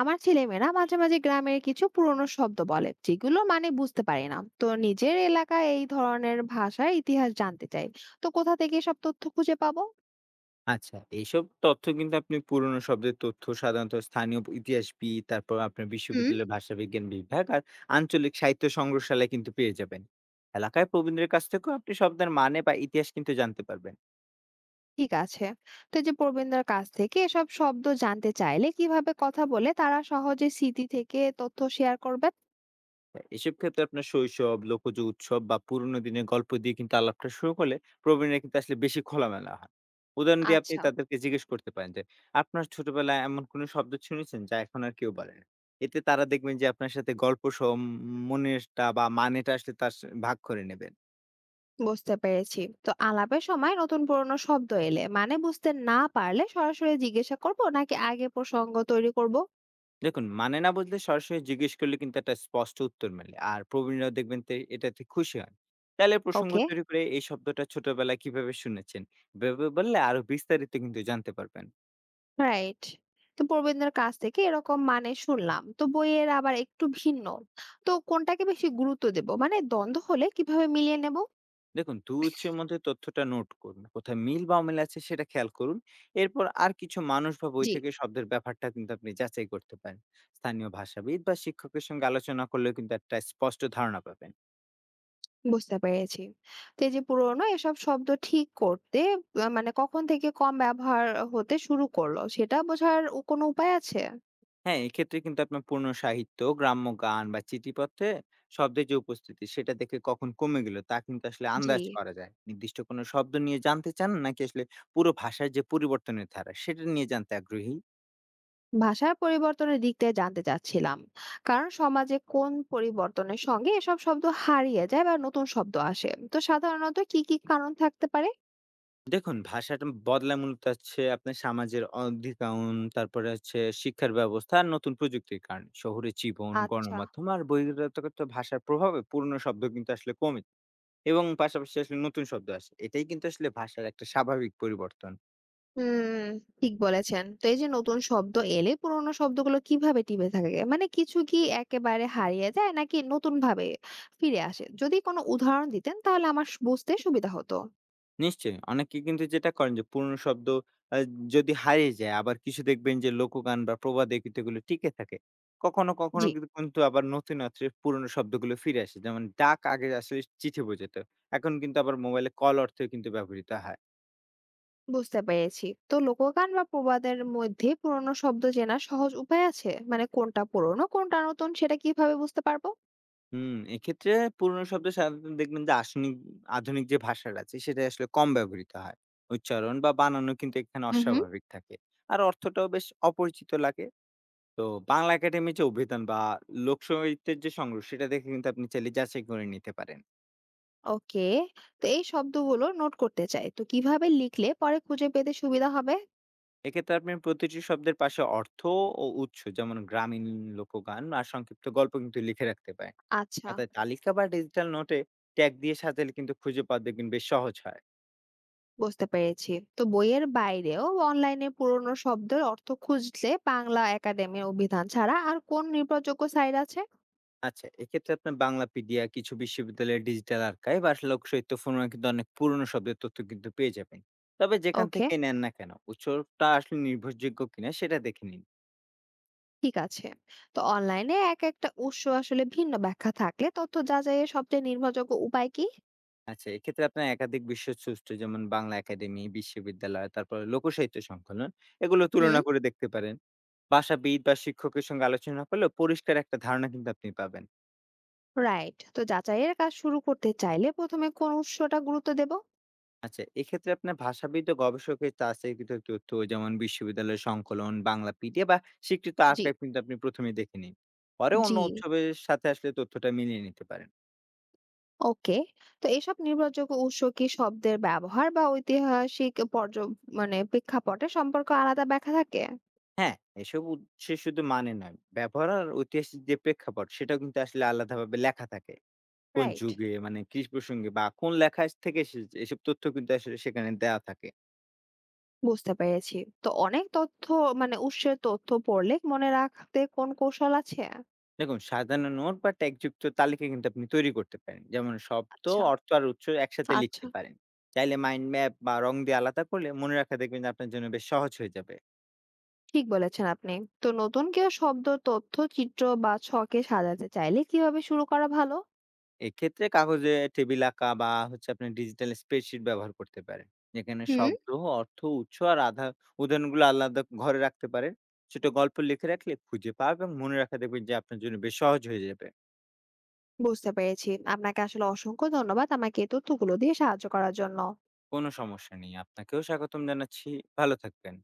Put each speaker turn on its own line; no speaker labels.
আমার ছেলেমেয়েরা মাঝে মাঝে গ্রামের কিছু পুরনো শব্দ বলে যেগুলো মানে বুঝতে পারি না। তো নিজের এলাকায় এই ধরনের ভাষার ইতিহাস জানতে চাই। তো কোথা থেকে সব তথ্য খুঁজে পাবো?
আচ্ছা, এইসব তথ্য কিন্তু আপনি পুরনো শব্দের তথ্য সাধারণত স্থানীয় ইতিহাসবিদ, তারপর আপনার
হুম।
বিশ্ববিদ্যালয়ের ভাষাবিজ্ঞান বিভাগ আর আঞ্চলিক সাহিত্য সংগ্রহশালায় কিন্তু পেয়ে যাবেন। এলাকায় প্রবীণদের কাছ থেকেও আপনি শব্দের মানে বা ইতিহাস কিন্তু জানতে পারবেন।
ঠিক আছে। তো এই যে প্রবীণদের কাছ থেকে এসব শব্দ জানতে চাইলে কিভাবে কথা বলে তারা সহজে স্মৃতি থেকে তথ্য শেয়ার করবেন?
হ্যাঁ, এসব ক্ষেত্রে আপনার শৈশব, লোকজ উৎসব বা পুরোনো দিনের গল্প দিয়ে কিন্তু আলাপটা শুরু করলে প্রবীণরা কিন্তু আসলে বেশি খোলামেলা হয়। উদাহরণ দিয়ে আপনি
আচ্ছা।
তাদেরকে জিজ্ঞেস করতে পারেন যে, "আপনার ছোটবেলায় এমন কোনো শব্দ শুনেছেন যা এখন আর কেউ বলে না?" এতে তারা দেখবেন যে আপনার সাথে গল্প সহ মনেরটা বা মানেটা আসলে তার সা ভাগ করে নেবেন।
বুঝতে পেরেছি। তো আলাপের সময় নতুন পুরনো শব্দ এলে মানে বুঝতে না পারলে সরাসরি জিজ্ঞাসা করব নাকি আগে প্রসঙ্গ তৈরি করব?
দেখুন, মানে না বুঝলে সরাসরি জিজ্ঞেস করলে কিন্তু একটা স্পষ্ট উত্তর মেলে। আর প্রবীণরাও দেখবেন এটাতে খুশি হন। তাহলে প্রসঙ্গ
ওকে।
তৈরি করে এই শব্দটা ছোটবেলায় কিভাবে শুনেছেন? এভাবে বললে আরো বিস্তারিত কিন্তু জানতে পারবেন।
রাইট। তো প্রবীণদের কাছ থেকে এরকম মানে শুনলাম। তো বইয়ের আবার একটু ভিন্ন। তো কোনটাকে বেশি গুরুত্ব দেব? মানে দ্বন্দ্ব হলে কিভাবে মিলিয়ে নেব?
দেখুন, ২ উৎসের মধ্যে তথ্যটা নোট করুন। কোথায় মিল বা অমিল আছে সেটা খেয়াল করুন। এরপর আর কিছু মানুষ বা বই
জি।
থেকে শব্দের ব্যাপারটা কিন্তু আপনি যাচাই করতে পারেন। স্থানীয় ভাষাবিদ বা শিক্ষকের সঙ্গে আলোচনা করলেও কিন্তু একটা স্পষ্ট ধারণা পাবেন।
বুঝতে পেরেছি। তো এই যে পুরোনো এসব শব্দ ঠিক করতে মানে কখন থেকে কম ব্যবহার হতে শুরু করলো সেটা বোঝার কোনো উপায় আছে?
হ্যাঁ, এক্ষেত্রে কিন্তু আপনার পূর্ণ সাহিত্য, গ্রাম্য গান বা চিঠিপত্রে শব্দের যে উপস্থিতি সেটা দেখে কখন কমে গেল তা কিন্তু আসলে
জি,
আন্দাজ করা যায়। নির্দিষ্ট কোনো শব্দ নিয়ে জানতে চান নাকি আসলে পুরো ভাষার যে পরিবর্তনের ধারা সেটা নিয়ে জানতে আগ্রহী?
ভাষার পরিবর্তনের দিকটা জানতে চাচ্ছিলাম। কারণ সমাজে কোন পরিবর্তনের সঙ্গে এসব শব্দ হারিয়ে যায় বা নতুন শব্দ আসে। তো সাধারণত কি কারণ থাকতে পারে?
দেখুন, ভাষাটা বদলায় মূলত হচ্ছে আপনার সমাজের অধিকায়ন, তারপরে হচ্ছে শিক্ষার ব্যবস্থা আর নতুন প্রযুক্তির কারণে। শহুরের জীবন,
আচ্ছা।
গণমাধ্যম আর বহিরাগত ভাষার প্রভাবে পুরনো শব্দ কিন্তু আসলে কমে এবং পাশাপাশি আসলে নতুন শব্দ আসে। এটাই কিন্তু আসলে ভাষার একটা স্বাভাবিক পরিবর্তন।
হুম, ঠিক বলেছেন। তো এই যে নতুন শব্দ এলে পুরোনো শব্দগুলো কিভাবে টিপে থাকে? মানে কিছু কি একেবারে হারিয়ে যায় নাকি নতুন ভাবে ফিরে আসে? যদি কোনো উদাহরণ দিতেন তাহলে আমার বুঝতে সুবিধা হতো।
নিশ্চয়ই। অনেকে কিন্তু যেটা করেন যে পুরনো শব্দ আ যদি হারিয়ে যায় আবার কিছু দেখবেন যে লোকগান বা প্রবাদে কিন্তু এগুলো টিকে থাকে। কখনো, কখনো
জি।
কিন্তু কিন্তু আবার নতুন অর্থে পুরনো শব্দগুলো ফিরে আসে। যেমন ডাক আগে আসলে চিঠি বোঝাতো। এখন কিন্তু আবার মোবাইলে কল অর্থেও কিন্তু ব্যবহৃত হয়।
বুঝতে পেরেছি। তো লোকগান বা প্রবাদের মধ্যে পুরোনো শব্দ চেনার সহজ উপায় আছে? মানে কোনটা পুরোনো, কোনটা নতুন সেটা কিভাবে বুঝতে পারবো?
হুম, এক্ষেত্রে পুরনো শব্দ সাধারণত দেখবেন যে আধুনিক যে ভাষাটা আছে সেটাই আসলে কম ব্যবহৃত হয়। উচ্চারণ বা বানানও কিন্তু এখানে
হুম হুম।
অস্বাভাবিক থাকে। আর অর্থটাও বেশ অপরিচিত লাগে। তো বাংলা একাডেমির যে অভিধান বা লোকসাহিত্যের যে সংগ্রহ সেটা দেখে কিন্তু আপনি চাইলে যাচাই করে নিতে পারেন।
ওকে। তো এই শব্দগুলো নোট করতে চাই। তো কিভাবে লিখলে পরে খুঁজে পেতে সুবিধা হবে?
এক্ষেত্রে আপনি প্রতিটি শব্দের পাশে অর্থ ও উৎস যেমন গ্রামীণ লোকগান আর সংক্ষিপ্ত গল্প কিন্তু লিখে রাখতে পারেন।
আচ্ছা।
আর তাই তালিকা বা ডিজিটাল নোটে ট্যাগ দিয়ে সাজালে কিন্তু খুঁজে পাওয়া দেখবেন বেশ সহজ হয়।
বুঝতে পেরেছি। তো বইয়ের বাইরেও অনলাইনে পুরনো শব্দের অর্থ খুঁজলে বাংলা একাডেমির অভিধান ছাড়া আর কোন নির্ভরযোগ্য সাইট আছে?
আচ্ছা, এক্ষেত্রে আপনার বাংলাপিডিয়া কিছু বিশ্ববিদ্যালয়ের ডিজিটাল আর্কাইভ আর লোকসাহিত্য ফোরামে কিন্তু অনেক পুরনো শব্দের তথ্য কিন্তু পেয়ে যাবেন। তবে যেখান
ওকে।
থেকে নেন না কেন উৎসটা আসলে নির্ভরযোগ্য কিনা সেটা দেখে নিন।
ঠিক আছে। তো অনলাইনে এক একটা উৎস আসলে ভিন্ন ব্যাখ্যা থাকলে তথ্য যাচাইয়ের সবচেয়ে নির্ভরযোগ্য উপায় কি?
আচ্ছা, এক্ষেত্রে আপনার একাধিক বিশ্বসৃষ্ট যেমন বাংলা একাডেমি, বিশ্ববিদ্যালয়, তারপর লোকসাহিত্য সংকলন এগুলো
হুম।
তুলনা করে দেখতে পারেন। ভাষাবিদ বা শিক্ষকের সঙ্গে আলোচনা করলেও পরিষ্কার একটা ধারণা কিন্তু আপনি পাবেন।
রাইট। তো যাচাইয়ের কাজ শুরু করতে চাইলে প্রথমে কোন উৎসটা গুরুত্ব দেব?
আচ্ছা, এক্ষেত্রে আপনার ভাষাবিদ ও গবেষকের যাচাইকৃত তথ্য যেমন বিশ্ববিদ্যালয়ের সংকলন, বাংলা পিডিএফ বা স্বীকৃত
জি।
আর্কাইভ কিন্তু আপনি ১ম এ দেখে নিন। পরে
জি।
অন্য উৎসবের সাথে আসলে তথ্যটা মিলিয়ে নিতে পারেন।
ওকে। তো এসব নির্ভরযোগ্য উৎস কি শব্দের ব্যবহার বা ঐতিহাসিক মানে প্রেক্ষাপটে সম্পর্ক আলাদা ব্যাখ্যা থাকে?
হ্যাঁ, এসব উৎসে শুধু মানে নয়, ব্যবহার আর ঐতিহাসিক যে প্রেক্ষাপট সেটাও কিন্তু আসলে আলাদাভাবে লেখা থাকে। কোন
রাইট।
যুগে মানে কি প্রসঙ্গে বা কোন লেখা থেকে এসেছে এসব তথ্য কিন্তু আসলে সেখানে দেয়া থাকে।
বুঝতে পেরেছি। তো অনেক তথ্য মানে উৎসের তথ্য পড়লে মনে রাখতে কোন কৌশল আছে?
দেখুন সাজানো নোট বা ট্যাগযুক্ত তালিকা কিন্তু আপনি তৈরি করতে পারেন। যেমন শব্দ,
আচ্ছা,
অর্থ আর উৎস একসাথে
আচ্ছা।
লিখতে পারেন। চাইলে মাইন্ড ম্যাপ বা রং দিয়ে আলাদা করলে মনে রাখা দেখবেন যে আপনার জন্য বেশ সহজ হয়ে যাবে।
ঠিক বলেছেন আপনি। তো নতুন কেউ শব্দ, তথ্য, চিত্র বা ছকে সাজাতে চাইলে কিভাবে শুরু করা ভালো?
এক্ষেত্রে কাগজে টেবিল আঁকা বা হচ্ছে আপনি ডিজিটাল স্প্রেডশিট ব্যবহার করতে পারেন। যেখানে
হুম।
শব্দ, অর্থ, উৎস আর আধার উদাহরণগুলো আলাদা ঘরে রাখতে পারেন। ছোট গল্প লিখে রাখলে খুঁজে পাওয়া এবং মনে রাখা দেখবেন যে আপনার জন্য বেশ সহজ হয়ে যাবে।
বুঝতে পেরেছি। আপনাকে আসলে অসংখ্য ধন্যবাদ আমাকে এই তথ্যগুলো দিয়ে সাহায্য করার জন্য।
কোনো সমস্যা নেই। আপনাকেও স্বাগতম জানাচ্ছি। ভালো থাকবেন।